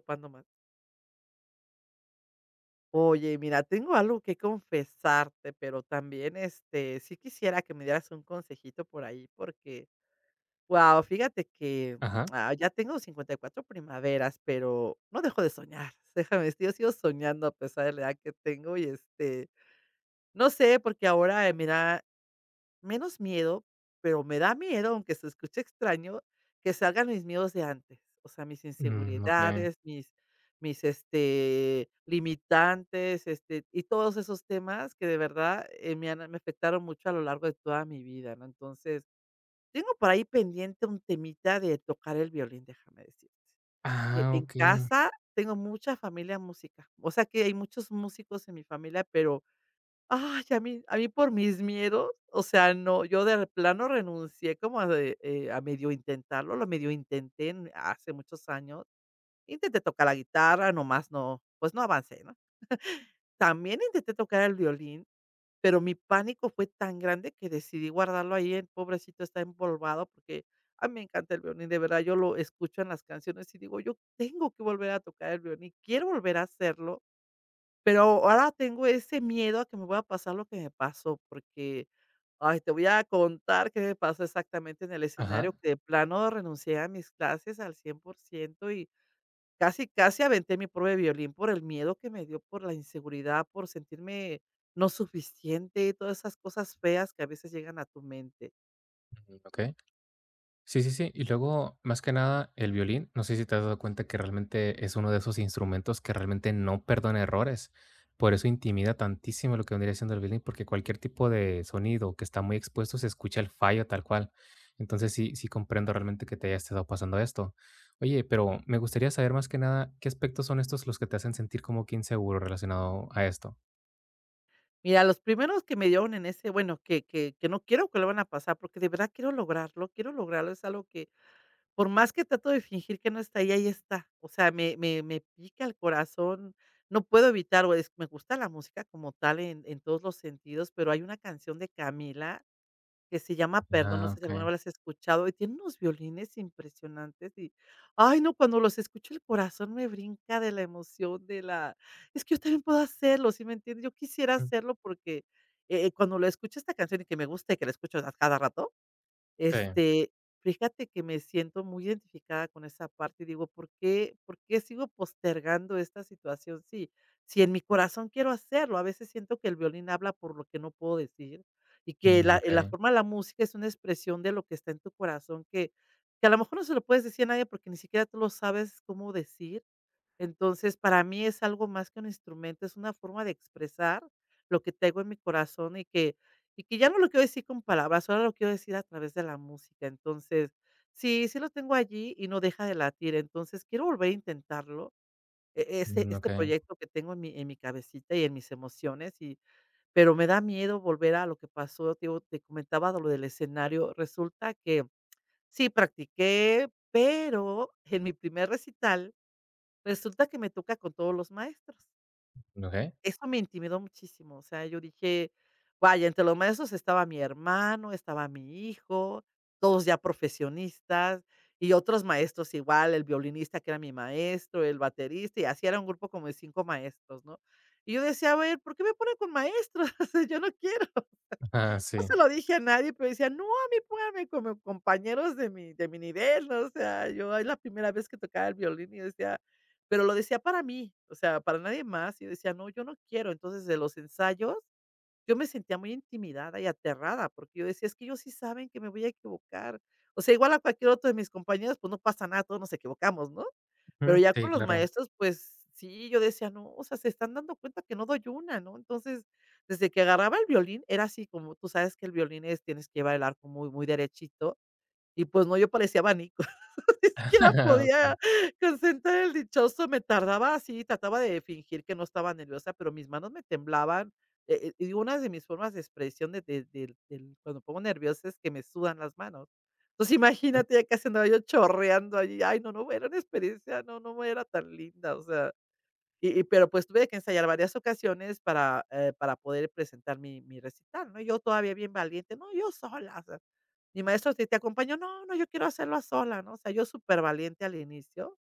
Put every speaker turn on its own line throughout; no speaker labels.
Ocupando más. Oye, mira, tengo algo que confesarte, pero también, este, sí quisiera que me dieras un consejito por ahí, porque, guau, fíjate que,
Ajá,
ya tengo 54 primaveras, pero no dejo de soñar. Déjame decir, yo sigo soñando a pesar de la edad que tengo y, este, no sé, porque ahora, me Menos miedo, pero me da miedo, aunque se escuche extraño, que salgan mis miedos de antes, o sea, mis
mm, okey.
inseguridades, mis este, limitantes, este, y todos esos temas que de verdad, me afectaron mucho a lo largo de toda mi vida, ¿no? Entonces, tengo por ahí pendiente un temita de tocar el violín, déjame decir. E
Ah,
en
okey.
casa tengo mucha familia música, o sea, que hay muchos músicos en mi familia, pero ay, a mí por mis miedos, o sea, no, yo de plano renuncié como a de, a medio intentarlo, lo medio intenté en hace muchos años. Intenté tocar la guitarra, nomás no, pues no avancé, ¿no? También intenté tocar el violín, pero mi pánico fue tan grande que decidí guardarlo ahí, el pobrecito está empolvado, porque a mí me encanta el violín, de verdad, yo lo escucho en las canciones y digo: "Yo tengo que volver a tocar el violín, quiero volver a hacerlo". Pero ahora tengo ese miedo a que me pueda pasar lo que me pasó, porque, ay, te voy a contar qué me pasó exactamente en el escenario,
Ajá,
que de plano renuncié a mis clases al 100% y casi, casi aventé mi prueba de violín por el miedo que me dio, por la inseguridad, por sentirme no suficiente, todas esas cosas feas que a veces llegan a tu mente.
mm, okey. Sí, sí, sí. Y luego, más que nada, el violín, no sé si te has dado cuenta que realmente es uno de esos instrumentos que realmente no perdona errores. Por eso intimida tantísimo lo que vendría siendo el violín, porque cualquier tipo de sonido que está muy expuesto se escucha el fallo tal cual. Entonces, sí comprendo realmente que te haya estado pasando esto. Oye, pero me gustaría saber más que nada, ¿qué aspectos son estos los que te hacen sentir como que inseguro relacionado a esto?
Mira, los primeros que me dieron en ese, bueno, que no quiero que vuelvan a pasar, porque de verdad quiero lograrlo, es algo que por más que trato de fingir que no está ahí, ahí está. O sea, me pica el corazón, no puedo evitar, o es me gusta la música como tal en todos los sentidos, pero hay una canción de Camila que se llama Perdón, no
Ah,
sé si alguna
okey.
vez la has escuchado, y tiene unos violines impresionantes y, ay, no, cuando los escucho el corazón me brinca de la emoción, de la es que yo también puedo hacerlo, ¿sí me entiendes? Yo quisiera
Mm,
hacerlo porque, cuando lo escucho esta canción y que me gusta y que la escucho a cada rato
sí.
este, fíjate que me siento muy identificada con esa parte y digo, por qué sigo postergando esta situación? Sí, si en mi corazón quiero hacerlo, a veces siento que el violín habla por lo que no puedo decir y que
Mm,
la
okey,
forma de la música es una expresión de lo que está en tu corazón, que a lo mejor no se lo puedes decir a nadie porque ni siquiera tú lo sabes cómo decir, entonces, para mí es algo más que un instrumento, es una forma de expresar lo que tengo en mi corazón y que ya no lo quiero decir con palabras, ahora lo quiero decir a través de la música. Entonces, sí, sí lo tengo allí y no deja de latir. Entonces, quiero volver a intentarlo, ese
mm,
este
okey,
proyecto que tengo en mi cabecita y en mis emociones, y pero me da miedo volver a lo que pasó, te digo, te comentaba de lo del escenario. Resulta que sí practiqué, pero en mi primer recital resulta que me toca con todos los maestros.
okey.
Eso me intimidó muchísimo, o sea, yo dije: "Vaya, entre los maestros estaba mi hermano, estaba mi hijo, todos ya profesionistas, y otros maestros igual, el violinista que era mi maestro, el baterista", y así era un grupo como de 5 maestros, ¿no? Y yo decía: "A ver, ¿por qué me ponen con maestros? O sea, yo no quiero".
Ajá,
No se
sí.
lo dije a nadie, pero decía: "No, a mí pónganme como compañeros de mi nivel", ¿no? O sea, yo es la primera vez que tocaba el violín y decía, pero lo decía para mí, o sea, para nadie más. Y yo decía: "No, yo no quiero". Entonces, de los ensayos yo me sentía muy intimidada y aterrada, porque yo decía: "Es que ellos sí saben que me voy a equivocar". O sea, igual a cualquier otro de mis compañeros, pues, no pasa nada, todos nos equivocamos, ¿no? Pero
Ujú,
ya con
sí,
los
claro.
maestros, pues sí, yo decía: "No, o sea, se están dando cuenta que no doy una", ¿no? Entonces, desde que agarraba el violín, era así como tú sabes que el violín es tienes que llevar el arco muy, muy derechito, y pues no, yo parecía abanico. Ni siquiera
Okey.
podía concentrar el dichoso, me tardaba así, trataba de fingir que no estaba nerviosa, pero mis manos me temblaban, y una de mis formas de expresión de del del cuando me pongo nerviosa es que me sudan las manos. Entonces, imagínate, ya casi andaba yo chorreando allí. Ay, no, no, era una experiencia, no, no era tan linda, o sea, y pero, pues, tuve que ensayar varias ocasiones para poder presentar mi recital, ¿no? Yo todavía bien valiente, no, yo sola. Mi maestro sí te acompañó, no, no, yo quiero hacerlo a sola, ¿no? O sea, yo súper valiente al inicio,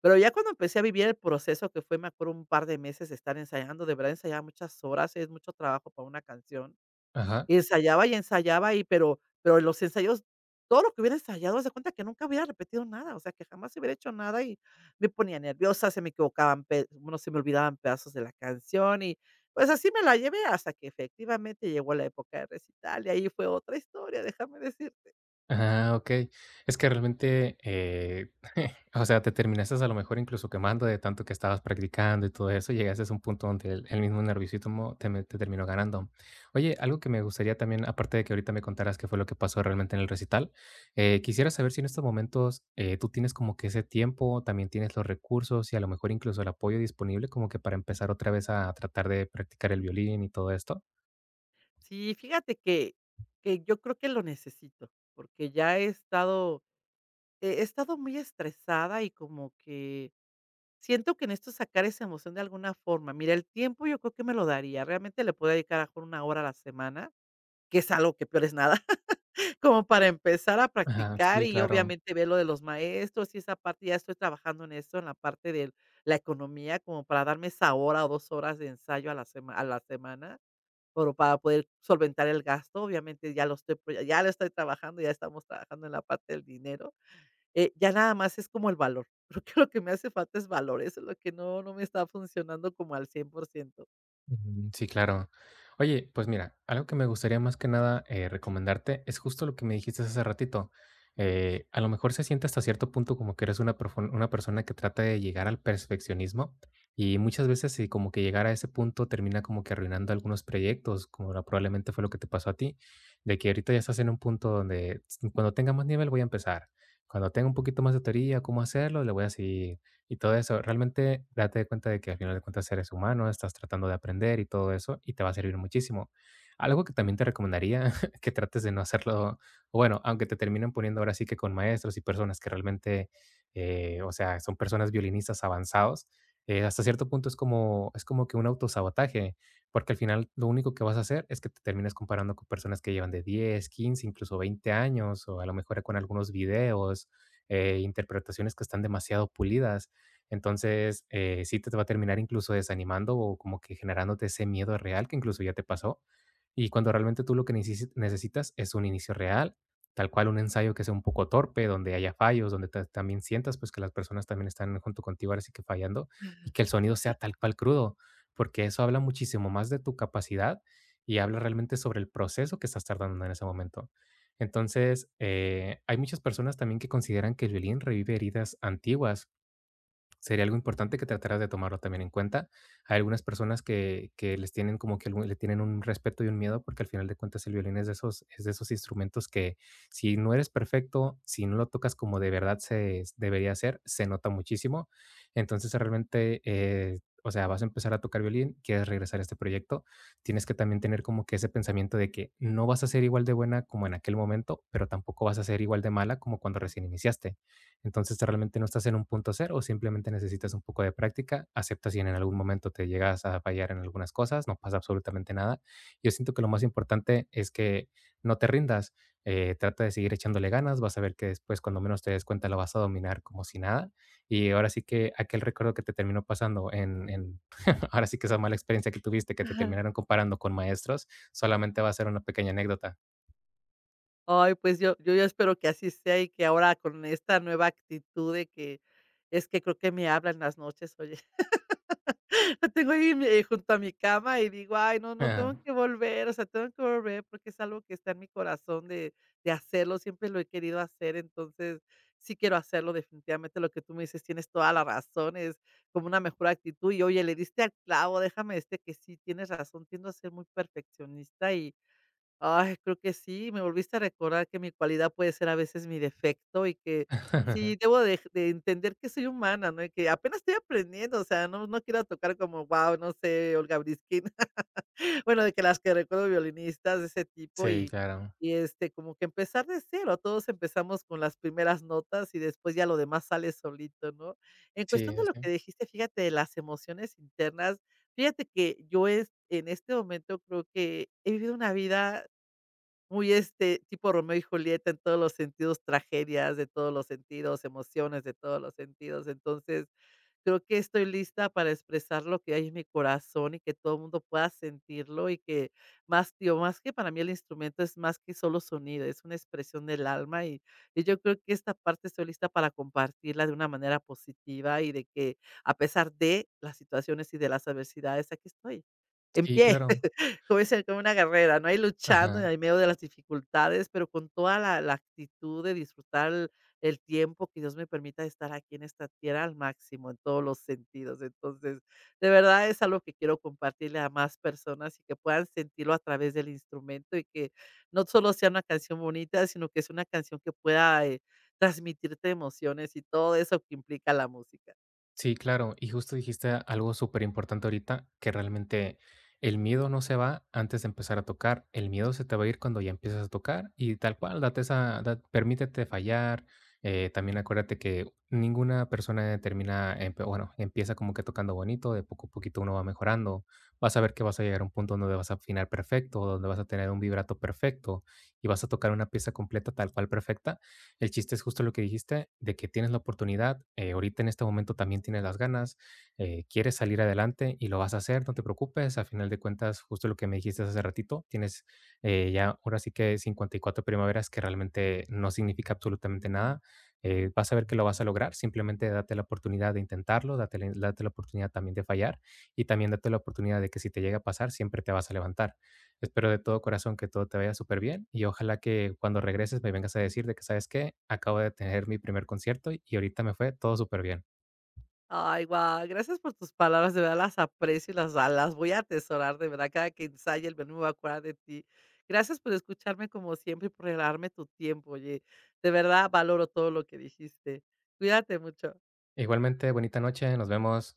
pero ya cuando empecé a vivir el proceso que fue, me acuerdo, un par de meses de estar ensayando, de verdad ensayaba muchas horas, es mucho trabajo para una canción.
Ajá.
Ensayaba y ensayaba pero en los ensayos, todo lo que hubiera ensayado, haz de cuenta que nunca hubiera repetido nada, o sea, que jamás hubiera hecho nada y me ponía nerviosa, se me equivocaban pe bueno, se me olvidaban pedazos de la canción y, pues, así me la llevé hasta que efectivamente llegó la época de recital y ahí fue otra historia, déjame decirte.
Ah, okey. Es que realmente, o sea, te terminaste a lo mejor incluso quemando de tanto que estabas practicando y todo eso, llegaste a un punto donde el mismo nerviosismo te terminó ganando. Oye, algo que me gustaría también, aparte de que ahorita me contaras qué fue lo que pasó realmente en el recital, quisiera saber si en estos momentos, tú tienes como que ese tiempo, también tienes los recursos y a lo mejor incluso el apoyo disponible como que para empezar otra vez a tratar de practicar el violín y todo esto.
Sí, fíjate que yo creo que lo necesito, porque ya he estado he estado muy estresada y como que siento que necesito sacar esa emoción de alguna forma. Mira, el tiempo yo creo que me lo daría. Realmente le puedo dedicar a lo mejor 1 hora a la semana, que es algo que peor es nada, como para empezar a
Ajá,
practicar
sí,
y
claro.
obviamente ver lo de los maestros y esa parte. Ya estoy trabajando en esto en la parte de la economía, como para darme esa hora o 2 horas de ensayo a la semana. Pero para poder solventar el gasto, obviamente ya lo estoy pro ya lo estoy trabajando, ya estamos trabajando en la parte del dinero, ya nada más es como el valor. Creo que lo que me hace falta es valor, eso es lo que no me está funcionando como al 100%.
Ujú, sí, claro. Oye, pues mira, algo que me gustaría más que nada, recomendarte es justo lo que me dijiste hace ratito. A lo mejor se siente hasta cierto punto como que eres una, una persona que trata de llegar al perfeccionismo y muchas veces si como que llegar a ese punto termina como que arruinando algunos proyectos, como probablemente fue lo que te pasó a ti, de que ahorita ya estás en un punto donde "Tss, cuando tenga más nivel voy a empezar, cuando tenga un poquito más de teoría, cómo hacerlo, le voy a seguir y todo eso. Realmente date de cuenta de que al final de cuentas eres humano, estás tratando de aprender y todo eso, y te va a servir muchísimo. Algo que también te recomendaría que trates de no hacerlo, o bueno, aunque te terminen poniendo ahora sí que con maestros y personas que realmente, o sea, son personas violinistas avanzados, hasta cierto punto es como que un autosabotaje, porque al final lo único que vas a hacer es que te termines comparando con personas que llevan de 10 15 incluso 20 años, o a lo mejor con algunos videos, interpretaciones que están demasiado pulidas. Entonces, sí te va a terminar incluso desanimando o como que generándote ese miedo real que incluso ya te pasó. Y cuando realmente tú lo que necesitas es un inicio real, tal cual un ensayo que sea un poco torpe, donde haya fallos, donde también sientas pues que las personas también están junto contigo ahora sí que fallando y que el sonido sea tal cual crudo, porque eso habla muchísimo más de tu capacidad y habla realmente sobre el proceso que estás tardando en ese momento. Entonces, hay muchas personas también que consideran que el violín revive heridas antiguas. Sería algo importante que trataras de tomarlo también en cuenta. Hay algunas personas que les tienen como que algún le tienen un respeto y un miedo, porque al final de cuentas el violín es de esos instrumentos que si no eres perfecto, si no lo tocas como de verdad se debería ser, se nota muchísimo. Entonces, realmente, o sea, vas a empezar a tocar violín, quieres regresar a este proyecto, tienes que también tener como que ese pensamiento de que no vas a ser igual de buena como en aquel momento, pero tampoco vas a ser igual de mala como cuando recién iniciaste. Entonces, realmente no estás en un punto cero, simplemente necesitas un poco de práctica. Acepta si en algún momento te llegas a fallar en algunas cosas, no pasa absolutamente nada. Yo siento que lo más importante es que no te rindas, trata de seguir echándole ganas, vas a ver que después cuando menos te des cuenta lo vas a dominar como si nada. Y ahora sí que aquel recuerdo que te terminó pasando ahora sí que esa mala experiencia que tuviste, que te
Ajá.
terminaron comparando con maestros, solamente va a ser una pequeña anécdota.
Ay, pues yo ya espero que así sea y que ahora con esta nueva actitud de que es que creo que me habla en las noches, oye. Lo tengo ahí junto a mi cama y digo: "Ay, no, no, tengo que volver, o sea, tengo que volver", porque es algo que está en mi corazón de hacerlo, siempre lo he querido hacer, entonces, sí quiero hacerlo, definitivamente, lo que tú me dices, tienes toda la razón, es como una mejor actitud y, oye, le diste al clavo, déjame este que sí, tienes razón, tiendo a ser muy perfeccionista y ay, creo que sí, me volviste a recordar que mi cualidad puede ser a veces mi defecto y que sí debo de entender que soy humana, ¿no? Y que apenas estoy aprendiendo, o sea, no quiero tocar como, wow, no sé, Olga Briskin, bueno, de que las que recuerdo violinistas de ese tipo
Sí, claro.
y, este, como que empezar de cero, todos empezamos con las primeras notas y después ya lo demás sale solito, ¿no? En
Sí,
cuestión de
sí,
lo que
sí.
dijiste, fíjate, de las emociones internas, fíjate que yo es en este momento creo que he vivido una vida muy, este, tipo Romeo y Julieta en todos los sentidos, tragedias de todos los sentidos, emociones de todos los sentidos. Entonces, creo que estoy lista para expresar lo que hay en mi corazón y que todo el mundo pueda sentirlo y que más, tío más que para mí el instrumento es más que solo sonido, es una expresión del alma y yo creo que esta parte estoy lista para compartirla de una manera positiva y de que a pesar de las situaciones y de las adversidades, aquí estoy, en
Sí,
pie.
claro.
Como dicen, como una guerrera, ¿no? Ahí luchando en
Ajá.
el medio de las dificultades, pero con toda la actitud de disfrutar el tiempo que Dios me permita estar aquí en esta tierra al máximo, en todos los sentidos. Entonces, de verdad es algo que quiero compartirle a más personas y que puedan sentirlo a través del instrumento y que no solo sea una canción bonita, sino que es una canción que pueda, transmitirte emociones y todo eso que implica la música.
Sí, claro. Y justo dijiste algo súper importante ahorita, que realmente el miedo no se va antes de empezar a tocar. El miedo se te va a ir cuando ya empiezas a tocar y tal cual, permítete fallar. También acuérdate que ninguna persona empieza como que tocando bonito, de poco a poquito uno va mejorando. Vas a ver que vas a llegar a un punto donde vas a afinar perfecto, donde vas a tener un vibrato perfecto y vas a tocar una pieza completa tal cual perfecta. El chiste es justo lo que dijiste, de que tienes la oportunidad, ahorita en este momento también tienes las ganas, quieres salir adelante y lo vas a hacer, no te preocupes, a final de cuentas, justo lo que me dijiste hace ratito, tienes ya ahora sí que 54 primaveras que realmente no significa absolutamente nada. Vas a ver que lo vas a lograr, simplemente date la, oportunidad de intentarlo, date la oportunidad también de fallar y también date la oportunidad de que si te llega a pasar, siempre te vas a levantar. Espero de todo corazón que todo te vaya súper bien y ojalá que cuando regreses me vengas a decir de que, ¿sabes qué? Acabo de tener mi primer concierto y ahorita me fue todo súper bien.
Ay, guau, gracias por tus palabras, de verdad las aprecio y las las voy a atesorar, de verdad, cada que ensaye el menú me voy a acordar de ti. Gracias por escucharme como siempre y por regalarme tu tiempo, oye, de verdad valoro todo lo que dijiste. Cuídate mucho.
Igualmente, bonita noche, nos vemos.